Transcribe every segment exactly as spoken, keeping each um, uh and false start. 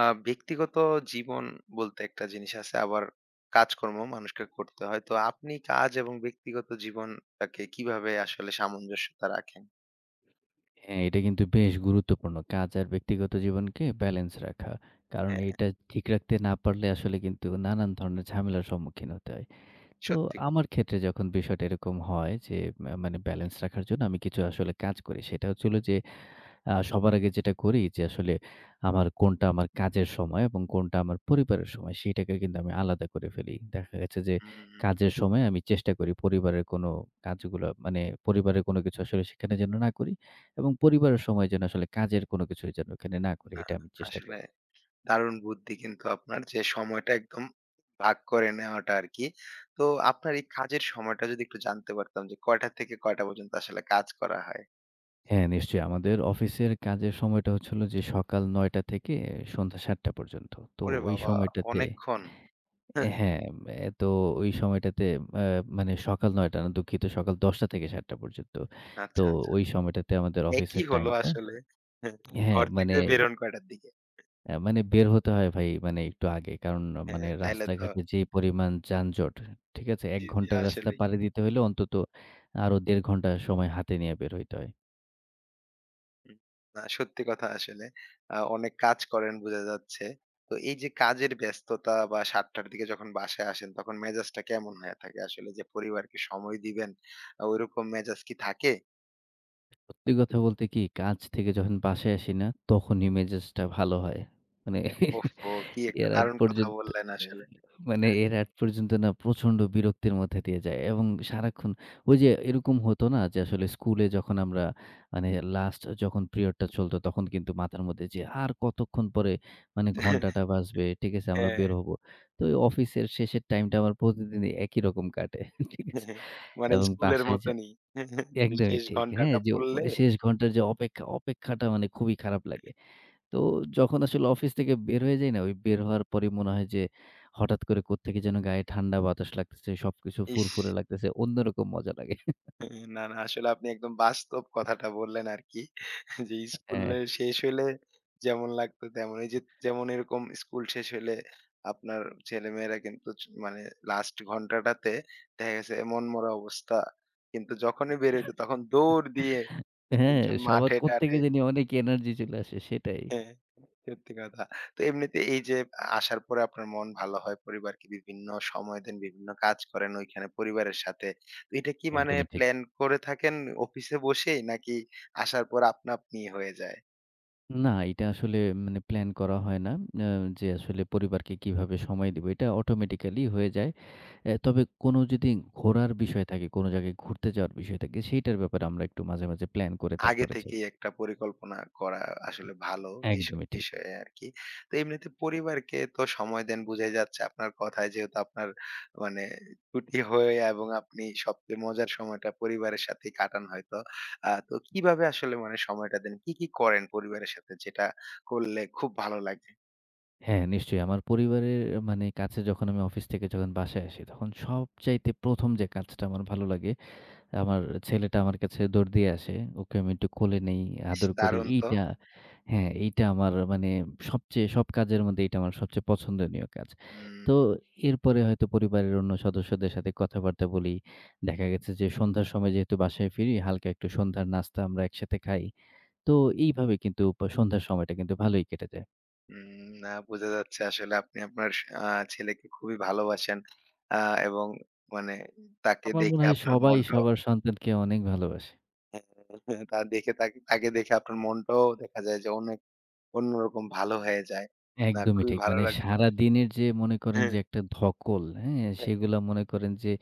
আ ব্যক্তিগত জীবন বলতে একটা জিনিস আছে। আবার কাজকর্ম মানুষকে করতে হয়। তো আপনি কাজ এবং ব্যক্তিগত জীবনটাকে কিভাবে আসলে সামঞ্জস্যতা রাখেন? হ্যাঁ, এটা কিন্তু বেশ গুরুত্বপূর্ণ। কাজ আর ব্যক্তিগত জীবনকে ব্যালেন্স রাখা। কারণ হ্যাঁ, এটা ঠিক রাখতে না পারলে আসলে কিন্তু নানান ধরনের ঝামেলার সম্মুখীন হতে হয়। তো সত্যি কথা। আমার ক্ষেত্রে যখন বিষয়টা এরকম হয় যে, মা মানে ব্যালেন্স রাখার জন্য আমি কিছু আসলে কাজ করি। সেটা হচ্ছে হলো যে আ সবার আগে যেটা করি যে আসলে আমার কোনটা আমার কাজের সময় এবং কোনটা আমার পরিবারের সময় সেটাকে কিন্তু আমি আলাদা করে ফেলি। দেখা গেছে যে হুম, কাজের সময় আমি চেষ্টা করি পরিবারের কোনো কাজগুলো মানে পরিবারের কোনো কিছু আসলে সেখানে যেন না করি এবং পরিবারের সময় যেন আসলে কাজের কোনো কিছু যেন ওখানে না করি না এটা আমি চেষ্টা আসলে করি। দারুণ বুদ্ধি কিন্তু আপনার যে সময়টা একদম ভাগ করে নেওয়াটা আরকি। তো আপনার এই কাজের সময়টা যদি একটু জানতে পারতাম যে কয়টা থেকে কয়টা পর্যন্ত আসলে কাজ করা হয়? হ্যাঁ, নিশ্চয়ই আমাদের অফিসের কাজের সময়টা হচ্ছিল যে সকাল ৯ঃ শূন্য শূন্য থেকে সন্ধ্যা ৭ঃ শূন্য শূন্য পর্যন্ত। তো ওরে ওই বাবা! সময়টাতে অনেকক্ষণ। এ হ্যাঁ, এ তো ওই সময়টাতে আ মানে সকাল নয় টা না দুঃখিত সকাল দশ টা থেকে সাত টা পর্যন্ত। তো আচ্ছা, আচ্ছা। ওই সময়টাতে আমাদের একই অফিসের হলো টাইমটা আসলে। হ্যাঁ, ঘর মানে থেকে বেরোন কয়টার দিকে? আ মানে বের হতে হয় ভাই মানে একটু আগে। কারণ হ্যাঁ, মানে তাইলে তো রাস্তাঘাটে যে পরিমাণ যানজট, ঠিক আছে? এক জি, জি, ঘন্টার রাস্তা আসলেই। পাড়ি দিতে হলে অন্তত আরো দেড় ঘন্টা সময় হাতে নিয়ে বের হইতে হয়। হুম, না সত্যি কথা আসলে। আ অনেক কাজ করেন বোঝা যাচ্ছে। তো এই যে কাজের ব্যস্ততা বা সাতটা র দিকে যখন বাসায় আসেন তখন মেজাজটা কেমন হয়ে থাকে আসলে যে পরিবারকে সময় দিবেন আ ওইরকম মেজাজ কি থাকে? সত্যি কথা বলতে কি কাজ থেকে যখন বাসায় আসি না, তখনই মেজাজটা ভালো হয়। মানে ওহহো! কি একটা এর আগ দারুণ কথা পর্যন্ত বললেন আসলে। মানে এর আগ পর্যন্ত না প্রচন্ড বিরক্তির মধ্যে দিয়ে যায় এবং সারাক্ষণ ওই যে এরকম হতো না যে আসলে স্কুলে যখন আমরা মানে লাস্ট যখন পিরিয়ডটা চলতো তখন কিন্তু মাথার মধ্যে যে আর কতক্ষণ পরে মানে ঘন্টাটা বাজবে ঠিক আছে আমরা হ্যাঁ, বের হ্যাঁ। হব। তো ওই অফিসের শেষের টাইমটা আমার প্রতিদিনই একই রকম কাটে ঠিক আছে। হ্যাঁ, মানে এবং স্কুলের বাসায় যা মতনই। যে একদমই শেষ ঠিক হ্যাঁ, ঘন্টাটা যে পড়লে। শেষ ঘন্টার যে অপেক্ষা অপেক্ষাটা মানে খুবই খারাপ লাগে। তো যখন আসলে অফিস থেকে বের হয়ে যাই না, ওই বের হওয়ার পরেই মনে হয় যে হঠাৎ করে কোত্থেকে যেন গায়ে ঠান্ডা বাতাস লাগতেছে, সবকিছু ইস! ফুরফুরে লাগতেছে। অন্যরকম মজা লাগে। না, না আসলে আপনি একদম বাস্তব কথাটা বললেন আরকি। যে হ্যাঁ, স্কুলে শেষ হইলে যেমন লাগতো তেমন। এই যে যেমন এরকম স্কুল শেষ হইলে আপনার ছেলেমেয়েরা কিন্তু চ মানে লাস্ট ঘন্টাটাতে দেখা গেছে মনমরা অবস্থা। কিন্তু যখনই বের হইতো তখন দৌড় দিয়ে হ্যাঁ, একেকজন সবার কোত্থেকে মাঠে-টাঠে। জানি অনেক এনার্জি চলে আসে সেটাই। হ্যাঁ, সত্যি কথা। তো এমনিতে এই যে আসার পরে আপনার মন ভালো হয়, পরিবারকে বিভিন্ন সময় দেন, বিভিন্ন কাজ করেন ওইখানে পরিবারের সাথে। তো এটা কি মানে একদমই ঠিক। প্ল্যান করে থাকেন অফিসে বসেই নাকি আসার পর আপনা আপনি হয়ে যায়? না, এটা আসলে মানে প্ল্যান করা হয় না। আ যে আসলে পরিবারকে কিভাবে সময় দিব এটা অটোমেটিক্যালি হয়ে যায়। অ্যা তবে কোনো যদি ঘোরার বিষয় থাকে, কোনো জায়গায় ঘুরতে যাওয়ার বিষয় থাকে সেইটার ব্যাপারে আমরা একটু মাঝে, মাঝে প্ল্যান করে আগে তারপরে যাই। থেকেই একটা পরিকল্পনা করা আসলে ভালো এইসব একদমই ঠিক। বিষয়ে আরকি। তো এমনিতে পরিবারকে তো সময় দেন বুঝাই যাচ্ছে আপনার কথায় যেহেতু আপনার মানে ছুটি হয়ে এবং আপনি সবচেয়ে মজার সময়টা পরিবারের সাথেই কাটান হয়তো। আ তো কিভাবে আসলে মানে সময়টা দেন? কি, কি করেন পরিবারের সাথে যেটা করলে খুব ভালো লাগে? হ্যাঁ, নিশ্চয়ই। আমার পরিবারের মানে কাছে যখন আমি অফিস থেকে যখন বাসায় আসি, তখন সবচাইতে প্রথম যে কাজটা আমার ভালো লাগে, আমার ছেলেটা আমার কাছে দৌড় দিয়ে আসে। ওকে আমি একটু কোলে নেই, ইস! আদর করি। দারুণ তো। এইটা হ্যাঁ, এইটা আমার মানে সবচেয়ে সব কাজের মধ্যে এইটা আমার সবচেয়ে পছন্দনীয় কাজ। হুম, তো এরপরে হয়তো পরিবারের অন্য সদস্যদের সাথে কথাবার্তা বলি। দেখা গেছে যে সন্ধ্যার সময় যেহেতু বাসায় ফিরি, হালকা একটু সন্ধ্যার নাস্তা আমরা একসাথে খাই। তো এইভাবে কিন্তু প সন্ধ্যার সময়টা কিন্তু ভালোই কেটে যায়। হুম। না বোঝা যাচ্ছে আসলে আপনি আপনার আ ছেলেকে খুবই ভালোবাসেন। আ এবং মানে তাকে আমার মনে দেখে হয় আপনার সবাই মনটাও। সবার সন্তানকে অনেক ভালোবাসে। হ্যাঁ, হ্যাঁ, তা দেখে তাকে তাকে দেখে আপনার মনটাও দেখা যায় যে অনেক অন্যরকম ভালো হয়ে যায়। না একদমই খুবই ঠিক। ভালো মানে লাগলো আসলে। সারাদিনের যে মনে করেন হ্যাঁ, যে একটা ধকল, হ্যাঁ? হ্যাঁ। সেগুলা মনে করেন যে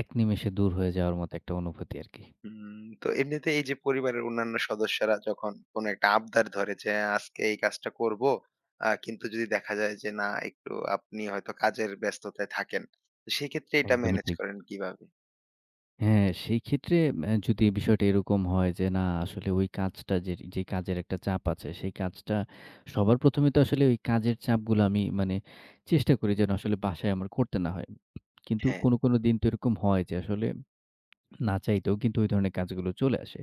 এক নিমেষে দূর হয়ে যাওয়ার মতো একটা অনুভূতি আরকি। হুম, তো এমনিতে এই যে পরিবারের অন্যান্য সদস্যরা যখন কোনো একটা আবদার ধরে যে আজকে এই কাজটা করব, আ কিন্তু যদি দেখা যায় যে না একটু আপনি হয়তো কাজের ব্যস্ততায় থাকেন। তো সেক্ষেত্রে এটা একদমই ম্যানেজ ঠিক। করেন কিভাবে? হ্যাঁ, সেই ক্ষেত্রে অ্যা যদি বিষয়টা এরকম হয় যে না আসলে ওই কাজটা যে, যে কাজের একটা চাপ আছে সেই কাজটা সবার প্রথম এ তো আসলে ওই কাজের চাপগুলো আমি মানে চেষ্টা করি যেন আসলে বাসায় আমার করতে না হয়। কিন্তু হ্যাঁ, কোনো, কোনো দিন তো এরকম হয় যে আসলে না চাইতেও কিন্তু ওই ধরনের কাজগুলো চলে আসে।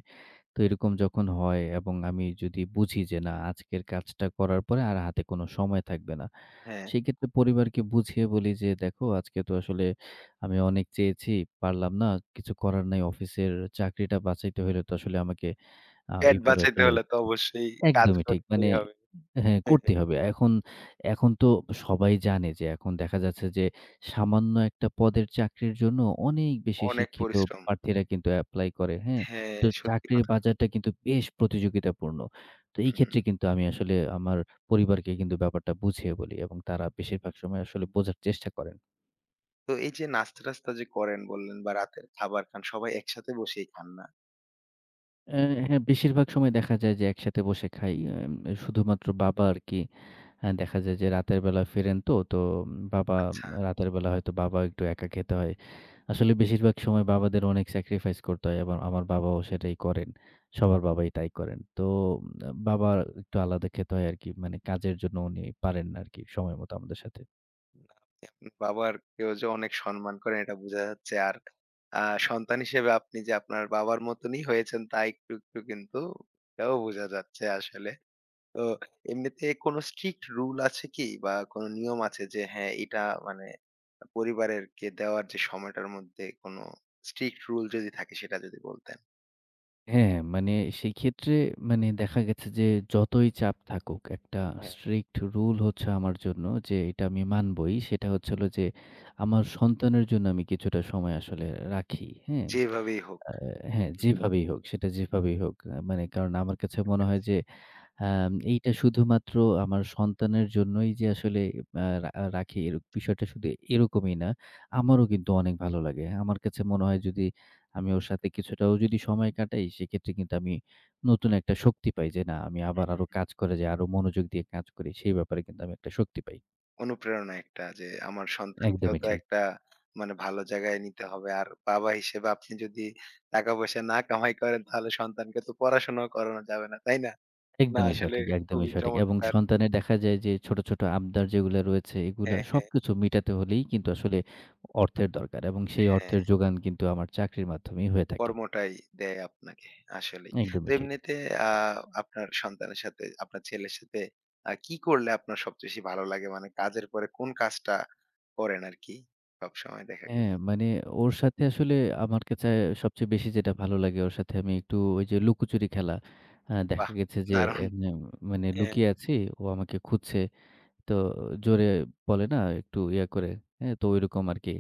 তো এরকম যখন হয় এবং আমি যদি বুঝি যে না আজকের কাজটা করার পরে আর হাতে কোনো সময় থাকবে না। হ্যাঁ। সেক্ষেত্রে পরিবারকে বুঝিয়ে বলি যে, "দেখো আজকে তো আসলে আমি অনেক চেয়েছি, পারলাম না। কিছু করার নাই। অফিসের চাকরিটা বাঁচাইতে হইলে তো আসলে আমাকে আ পেট এইভাবে বাঁচাইতে আসলে।" হলে তো অবশ্যই কাজ একদমই ঠিক। করতেই মানে হবে। হ্যাঁ, হ্যাঁ, করতেই হবে। এখন এখন তো সবাই জানে যে এখন দেখা যাচ্ছে যে সামান্য একটা পদের চাকরির জন্য অনেক বেশি অনেক শিক্ষিত পরিশ্রম। প্রার্থীরা কিন্তু এপ্লাই করে, হ্যাঁ? হ্যাঁ, তো সত্যি চাকরির কথা। বাজারটা কিন্তু বেশ প্রতিযোগিতাপূর্ণ। তো এই ক্ষেত্রে হুম। কিন্তু আমি আসলে আমার পরিবারকে কিন্তু ব্যাপারটা বুঝিয়ে বলি এবং তারা বেশিরভাগ সময় আসলে বোঝার চেষ্টা করে। তো এই যে নাস্তা-টাস্তা যে করেন বললেন বা রাতের খাবার খান, সবাই একসাথে বসেই খান না? অ্যা হ্যাঁ, বেশিরভাগ সময় দেখা যায় যে একসাথে বসে খাই। এম শুধুমাত্র বাবা আরকি অ্যা দেখা যায় যে রাতের বেলা ফেরেন তো, তো উম, বাবা আচ্ছা। রাতের বেলা হয়তো বাবা একটু একা খেতে হয়। আসলে বেশিরভাগ সময় বাবাদের অনেক স্যাক্রিফাইস করতে হয়। আবার আমার বাবাও সেটাই করেন। সবার বাবাই তাই করেন। তো উম, বাবার একটু আলাদা খেতে হয় আরকি। মানে কাজের জন্য উনি পারেন না আরকি সময় মতো আমাদের সাথে। আপনার বাবারকেও যে অনেক সম্মান করেন এটা বোঝা যাচ্ছে। আর আ সন্তান হিসেবে আপনি যে আপনার বাবার মতনই হয়েছেন তা একটু, একটু কিন্তু এটাও বোঝা যাচ্ছে আসলে। তো এমনিতে কোনো স্ট্রিক্ট রুল আছে কি? বা কোনো নিয়ম আছে যে হ্যাঁ, এটা মানে পরিবারেরকে দেওয়ার যে সময়টার মধ্যে কোনো স্ট্রিক্ট রুল যদি থাকে সেটা যদি বলতেন? হ্যাঁ, মানে সেক্ষেত্রে মানে দেখা গেছে যে যতই চাপ থাকুক একটা হ্যাঁ। স্ট্রিক্ট রুল হচ্ছে আমার জন্য যে এটা আমি মানবই। সেটা হচ্ছে হলো যে আমার সন্তানের জন্য আমি কিছুটা সময় আসলে রাখি। হ্যাঁ? যেভাবেই হোক। আ হ্যাঁ, হুম। যেভাবেই হোক সেটা যেভাবেই হোক। আ মানে কারণ আমার কাছে মনে হয় যে আম এইটা শুধুমাত্র আমার সন্তানের জন্যই যে আসলে আ রা আহ, রাখি এর বিষয়টা শুধু এরকমই না। আমারও কিন্তু অনেক ভালো লাগে। আমার কাছে মনে হয় যদি আমি ওর সাথে কিছুটাও যদি সময় কাটাই সেক্ষেত্রে কিন্তু আমি নতুন একটা শক্তি পাই যে না আমি আবার আরো কাজ করে যাই, আরো মনোযোগ দিয়ে কাজ করি সেই ব্যাপারে কিন্তু আমি একটা শক্তি পাই। অনুপ্রেরণা একটা যে আমার সন্তানকেও একদমই তো ঠিক। একটা মানে ভালো জায়গায় নিতে হবে। আর বাবা হিসেবে আপনি যদি টাকা পয়সা না কামাই করেন তাহলে সন্তানকে তো পড়াশোনাও করানো যাবে না, তাই না? না একদমই আসলে সঠিক, একদমই খুবই সঠিক। এবং চমৎকার। সন্তানের দেখা যায় যে ছোট, ছোট আবদার যেগুলা রয়েছে এগুলা হ্যাঁ, হ্যাঁ, সবকিছু মিটাতে হলেই কিন্তু আসলে অর্থের দরকার এবং সেই হ্যাঁ। অর্থের যোগান কিন্তু আমার চাকরির মাধ্যমেই হয়ে থাকে। কর্মটাই দেয় আপনাকে আসলেই। তো একদমই ঠিক। এমনিতে আ আপনার সন্তানের সাথে আপনার ছেলের সাথে আ কি করলে আপনার সবচেয়ে বেশি ভালো লাগে? মানে কাজের পরে কোন কাজটা করেন আরকি সবসময় দেখা হ্যাঁ, গেছে? মানে ওর সাথে আসলে আমার কাছে সবচেয়ে বেশি যেটা ভালো লাগে ওর সাথে আমি একটু ওই যে লুকোচুরি খেলা। আ দেখা বাহ! গেছে যে দারুণ। এমনে মানে হ্যাঁ। লুকিয়ে আছি, ও আমাকে খুঁজছে। তো জোরে বলে না একটু ইয়া করে, হ্যাঁ? তো ঐরকম আরকি।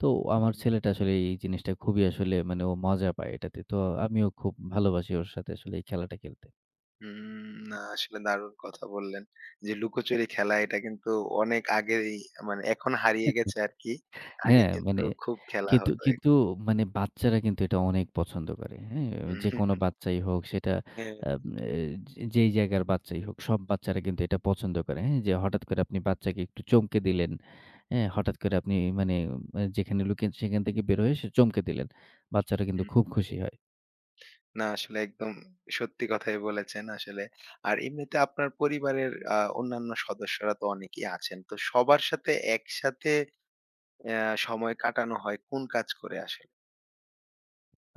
তো আমার ছেলেটা আসলে এই জিনিসটা খুবই আসলে মানে ও মজা পায় এটাতে। তো আমিও খুব ভালোবাসি ওর সাথে আসলে এই খেলাটা খেলতে। হুম, না আসলে দারুণ কথা বললেন। যে লুকোচুরি খেলা এটা কিন্তু অনেক আগেই মানে এখন হারিয়ে গেছে আরকি। আগে হ্যাঁ, মানে কিন্তু খুব খেলা কিন্তু হতো। কিন্তু মানে বাচ্চারা কিন্তু এটা অনেক পছন্দ করে। হ্যাঁ? হুম, যেকোনো হুম। বাচ্চাই হোক সেটা হ্যাঁ। আম এ যেই জায়গার বাচ্চাই হোক, সব বাচ্চারা কিন্তু এটা পছন্দ করে। হ্যাঁ? যে হঠাৎ করে আপনি বাচ্চাকে একটু চমকে দিলেন। হ্যাঁ? হঠাৎ করে আপনি মানে আ যেখানে লুকিয়ে সেখান থেকে বের হয়ে সে চমকে দিলেন। বাচ্চারা কিন্তু হুম। খুব খুশি হয়। না আসলে একদম সত্যি কথাই বলেছেন আসলে। আর এমনিতে আপনার পরিবারের আ অন্যান্য সদস্যরা তো অনেকেই আছেন। তো সবার সাথে একসাথে অ্যা সময় কাটানো হয় কোন কাজ করে আসলে?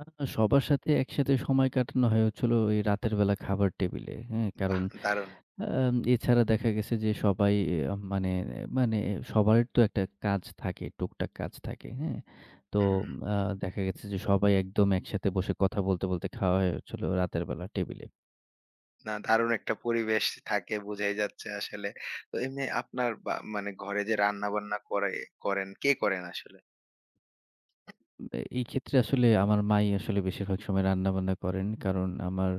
আ সবার সাথে একসাথে সময় কাটানো হয় হচ্ছে হলো এই রাতের বেলা খাবার টেবিলে। হ্যাঁ? কারণ বাহ! দারুণ। আম এছাড়া দেখা গেছে যে সবাই আ মানে মানে সবার তো একটা কাজ থাকে, টুকটাক কাজ থাকে, হ্যাঁ? তো হুম। আ দেখা গেছে যে সবাই একদম একসাথে বসে কথা বলতে, বলতে খাওয়া হয়ে হচ্ছিল রাতের বেলা টেবিলে। না দারুণ একটা পরিবেশ থাকে বোঝাই যাচ্ছে আসলে। তো এমনি আপনার বা মানে ঘরে যে রান্না-বান্না করে করেন, কে করেন আসলে? এই ক্ষেত্রে আসলে আমার মাই আসলে বেশিরভাগ সময় রান্নাবান্না করেন। কারণ আমার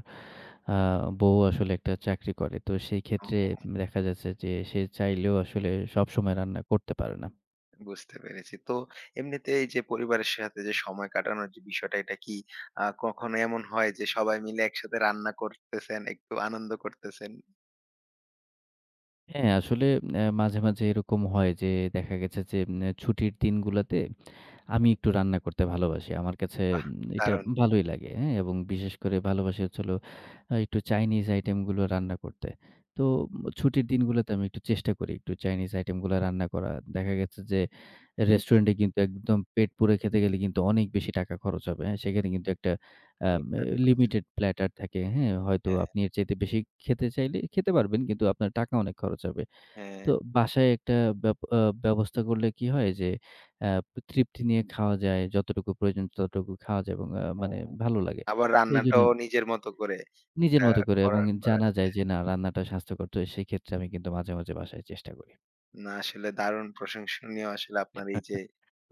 আ বউ আসলে একটা চাকরি করে। তো সেই ক্ষেত্রে ও। দেখা যাচ্ছে যে সে চাইলেও আসলে সবসময় রান্না করতে পারে না। বুঝতে পেরেছি। তো এমনিতে এই যে পরিবারের সাথে যে সময় কাটানোর যে বিষয়টা এটা কি আ কখনো এমন হয় যে সবাই মিলে একসাথে রান্না করতেছেন, একটু আনন্দ করতেছেন? হ্যাঁ, আসলে অ্যা মাঝে, মাঝে এরকম হয় যে দেখা গেছে যে উম ছুটির দিনগুলাতে আমি একটু রান্না করতে ভালোবাসি। আমার কাছে বাহ! উম এটা দারুণ ভালোই লাগে, হ্যাঁ? এবং বিশেষ করে ভালোবাসি হচ্ছে হলো আ একটু চাইনিজ আইটেমগুলো রান্না করতে। তো উম ছুটির দিনগুলোতে আমি একটু চেষ্টা করি একটু চাইনিজ আইটেমগুলো রান্না করা। দেখা গেছে যে রেস্টুরেন্টে কিন্তু একদম পেট পুরে খেতে গেলে কিন্তু অনেক বেশি টাকা খরচ হবে, হ্যাঁ? সেখানে কিন্তু একটা আম এ অনেকটা করেছেন। লিমিটেড প্ল্যাটার থাকে, হ্যাঁ? হয়তো হ্যাঁ, আপনি এর চাইতে বেশি খেতে চাইলে খেতে পারবেন কিন্তু আপনার টাকা অনেক খরচ হবে। হ্যাঁ, হ্যাঁ। তো বাসায় একটা ব্যব আ ব্যবস্থা করলে কি হয় যে আ তৃপ্তি নিয়ে খাওয়া যায়। যতটুকু প্রয়োজন ততটুকু খাওয়া যায় এবং আ মানে ভালো লাগে। আবার তো এইজন্য রান্নাটাও নিজের মতো করে নিজের একটা মতো করে এবং করার করা জানা যায় যায়। যে না রান্নাটা স্বাস্থ্যকর। তো সেক্ষেত্রে আমি কিন্তু মাঝে, মাঝে বাসায় চেষ্টা করি। না আসলে দারুণ প্রশংসনীয় আসলে আপনার এই আহ, যে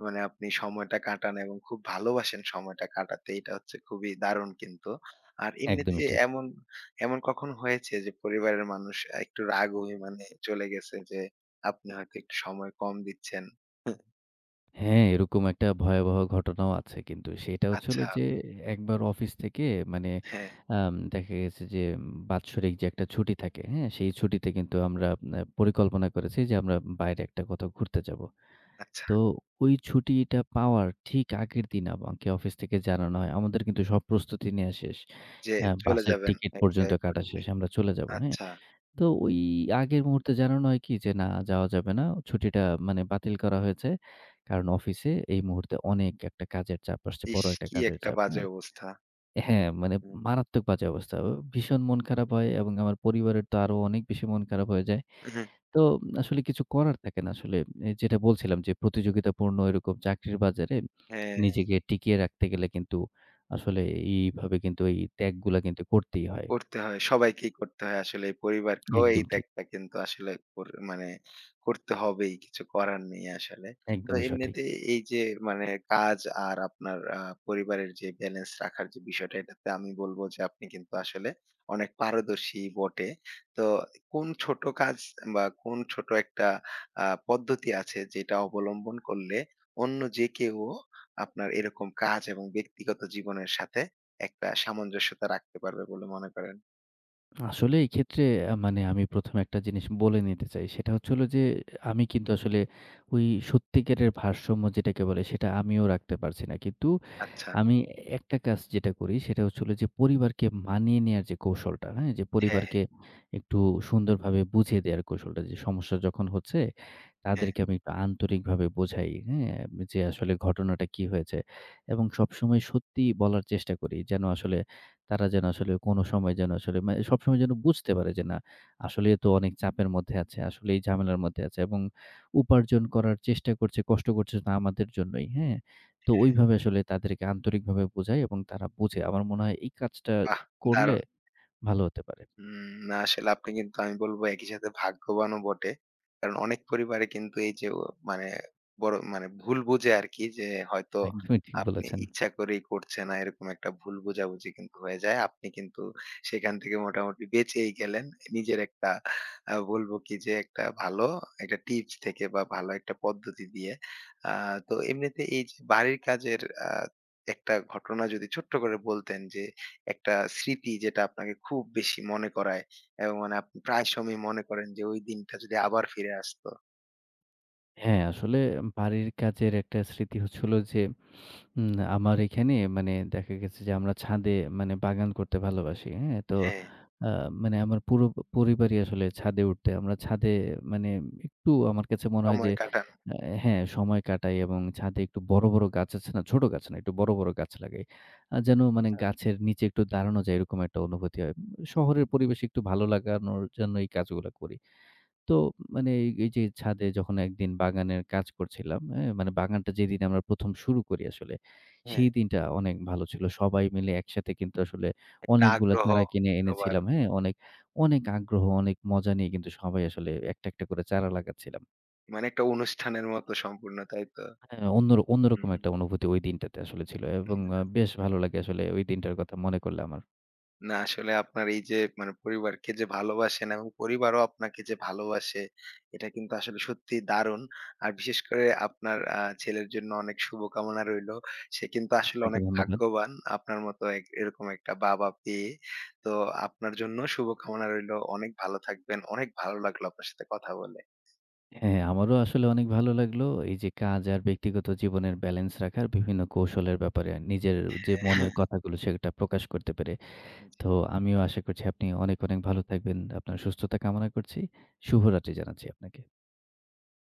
মানে আপনি সময়টা কাটান এবং খুব ভালোবাসেন সময়টা কাটাতে। এটা হচ্ছে খুবই দারুণ কিন্তু। আর এমনিতে একদমই ঠিক। এমন, এমন কখন হয়েছে যে পরিবারের মানুষ আ একটু রাগ অভিমানে চলে গেছে যে আপনি হয়তো একটু সময় কম দিচ্ছেন? হুম, হ্যাঁ, এরকম একটা ভয়াবহ ঘটনাও আছে কিন্তু সেটা হচ্ছে হলো আচ্ছা, যে একবার অফিস থেকে মানে হ্যাঁ, আম দেখা গেছে যে উম, বাৎসরিক যে একটা ছুটি থাকে, হ্যাঁ? সেই ছুটিতে কিন্তু আমরা আ পরিকল্পনা করেছি যে আমরা বাইরে একটা কোথাও ঘুরতে যাবো। আচ্ছা। তো ওই ছুটিটা পাওয়ার ঠিক আগের দিন আমাকে অফিস থেকে জানানো হয়। আমাদের কিন্তু সব প্রস্তুতি নেয়া শেষ। যে আ চলে বাসের যাবেন টিকিট এক পর্যন্ত জায়গায় কাটা ঘুরতে। শেষ। আমরা চলে যাব, হ্যাঁ? আচ্ছা। তো ওই আগের মুহূর্তে জানানো হয় কি যে, "না, যাওয়া যাবে না। ছুটিটা মানে বাতিল করা হয়েছে। কারণ অফিসে এই মুহূর্তে অনেক একটা কাজের চাপ আসছে। ইস! বড় একটা কি কাজের একটা চাপ।" বাজে হ্যাঁ? অবস্থা। হ্যাঁ, মানে হুম, মারাত্মক বাজে অবস্থা। ভীষণ মন খারাপ হয় এবং আমার পরিবারের তো আরো অনেক বেশি মন খারাপ হয়ে যায়। তো আসলে কিছু করার থাকে না আসলে। এ যেটা বলছিলাম যে প্রতিযোগিতাপূর্ণ এরকম চাকরির বাজারে হ্যাঁ। নিজেকে টিকিয়ে রাখতে গেলে কিন্তু আসলে এইভাবে কিন্তু এই ত্যাগগুলা কিন্তু করতেই হয়। করতে হয়। সবাইকেই করতে হয় আসলে। পরিবারকেও এই একদম ঠিক। ত্যাগটা কিন্তু আসলে কর মানে করতে হবেই। কিছু করার নেই আসলে। তো একদমই সঠিক। এমনিতে এই যে মানে কাজ আর আপনার আ পরিবারের যে ব্যালেন্স রাখার যে বিষয়টা, এটাতে আমি বলব যে আপনি কিন্তু আসলে অনেক পারদর্শী বটে। তো কোন ছোট কাজ বা কোন ছোট একটা আ পদ্ধতি আছে যেটা অবলম্বন করলে অন্য যে কেউ আপনার এরকম কাজ এবং ব্যক্তিগত জীবনের সাথে একটা সামঞ্জস্যতা রাখতে পারবে বলে মনে করেন? আসলে এই ক্ষেত্রে আ মানে আমি প্রথম একটা জিনিস বলে নিতে চাই। সেটা হচ্ছে হলো যে আমি কিন্তু আসলে ওই সত্যিকারের ভারসাম্য যেটাকে বলে সেটা আমিও রাখতে পারছি না। কিন্তু আচ্ছা। আমি একটা কাজ যেটা করি সেটা হচ্ছে হলো যে পরিবারকে মানিয়ে নেয়ার যে কৌশলটা, হ্যাঁ? যে হ্যাঁ, হ্যাঁ, পরিবারকে একটু সুন্দরভাবে বুঝিয়ে দেওয়ার কৌশলটা যে সমস্যা যখন হচ্ছে হ্যাঁ। তাদেরকে আমি একটু আন্তরিকভাবে বোঝাই, হ্যাঁ? যে আসলে ঘটনাটা কি হয়েছে এবং সবসময় সত্যি বলার চেষ্টা করি যেন আসলে তারা যেন আসলে কোনো সময় যেন আসলে মানে সবসময় যেন বুঝতে পারে যে না আসলে এ তো অনেক চাপের মধ্যে আছে, আসলেই ঝামেলার মধ্যে আছে এবং উপার্জন করার চেষ্টা করছে, কষ্ট করছে তো আমাদের জন্যই, হ্যাঁ? তো ওইভাবে আসলে তাদেরকে আন্তরিকভাবে বোঝাই এবং তারা বোঝে। আমার মনে হয় এই কাজটা বাহ! করলে দারুণ। ভালো হতে পারে। হুম, না আসলে আপনি কিন্তু আমি বলবো একই সাথে ভাগ্যবানও বটে। কারণ অনেক পরিবারে কিন্তু এই যে ও মানে বড় মানে ভুল বুঝে আরকি যে হয়তো হুম। একদমই ঠিক আপনি বলেছেন। ইচ্ছা করেই করছে না এরকম একটা ভুল বোঝাবুঝি কিন্তু হয়ে যায়। আপনি কিন্তু সেখান থেকে মোটামুটি বেঁচেই গেলেন। নিজের একটা আ বলবো কি যে একটা ভালো একটা টিপস থেকে বা ভালো একটা পদ্ধতি দিয়ে। আ তো এমনিতে এই যে বাড়ির কাজের আ একটা ঘটনা যদি ছোট্ট করে বলতেন যে একটা স্মৃতি যেটা আপনাকে খুব বেশি মনে করায় এবং মানে আপনি প্রায় সময় মনে করেন যে ওই দিনটা যদি আবার ফিরে আসতো। হ্যাঁ, আসলে বাড়ির কাজের একটা স্মৃতি হচ্ছে হলো যে হুম, আমার এখানে মানে দেখা গেছে যে আমরা ছাদে মানে বাগান করতে ভালোবাসি। হ্যাঁ? তো হ্যাঁ, আ মানে আমার পুরো পরিবারই আসলে ছাদে উঠতে আমরা ছাদে মানে একটু আমার কাছে মনে হয় যে সময় কাটানো। আ হ্যাঁ, সময় কাটাই এবং ছাদে একটু বড়, বড় গাছ আছে না? ছোট গাছ না, একটু বড়, বড় গাছ লাগাই। আ যেন মানে আচ্ছা, গাছের নিচে একটু দাঁড়ানো যায় এরকম একটা অনুভূতি হয়। শহরের পরিবেশে একটু ভালো লাগানোর জন্য এই কাজগুলা করি। তো মানে এই এই যে ছাদে যখন একদিন বাগানের কাজ করছিলাম, হ্যাঁ? মানে বাগানটা যেদিন আমরা প্রথম শুরু করি আসলে, হ্যাঁ, সেই দিনটা অনেক ভালো ছিল। সবাই মিলে একসাথে কিন্তু আসলে একটা অনেকগুলা আগ্রহ চারা কিনে সবার। এনেছিলাম, হ্যাঁ? অনেক, অনেক আগ্রহ, অনেক মজা নিয়ে কিন্তু সবাই আসলে একটা, একটা করে চারা লাগাচ্ছিলাম। মানে একটা অনুষ্ঠানের মতো সম্পূর্ণ, তাই তো? হ্যাঁ, অন্য অন্যরকম হুম, একটা অনুভূতি ওই দিনটাতে আসলে ছিল এবং আ হুম। বেশ ভালো লাগে আসলে ওই দিনটার কথা মনে করলে আমার। না আসলে আপনার এই যে মানে পরিবারকে যে ভালোবাসেন এবং পরিবারও আপনাকে যে ভালোবাসে এটা কিন্তু আসলে সত্যি দারুণ। আর বিশেষ করে আপনার আ ছেলের জন্য অনেক শুভকামনা রইলো। সে কিন্তু আসলে আপনাকে অনেক ধন্যবাদ। ভাগ্যবান আপনার মতো এক এরকম একটা বাবা পেয়ে। তো আপনার জন্য শুভকামনা রইলো। অনেক ভালো থাকবেন। অনেক ভালো লাগলো আপনার সাথে কথা বলে। হ্যাঁ, আমারও আসলে অনেক ভালো লাগলো। এই যে কাজ আর ব্যক্তিগত জীবনের ব্যালেন্স রাখার বিভিন্ন কৌশলের ব্যাপারে নিজের যে মনের কথাগুলো সেটা প্রকাশ করতে পেরে। তো আমিও আশা করছি আপনি অনেক, অনেক ভালো থাকবেন। আপনার সুস্থতা কামনা করছি। শুভরাত্রি জানাচ্ছি আপনাকে।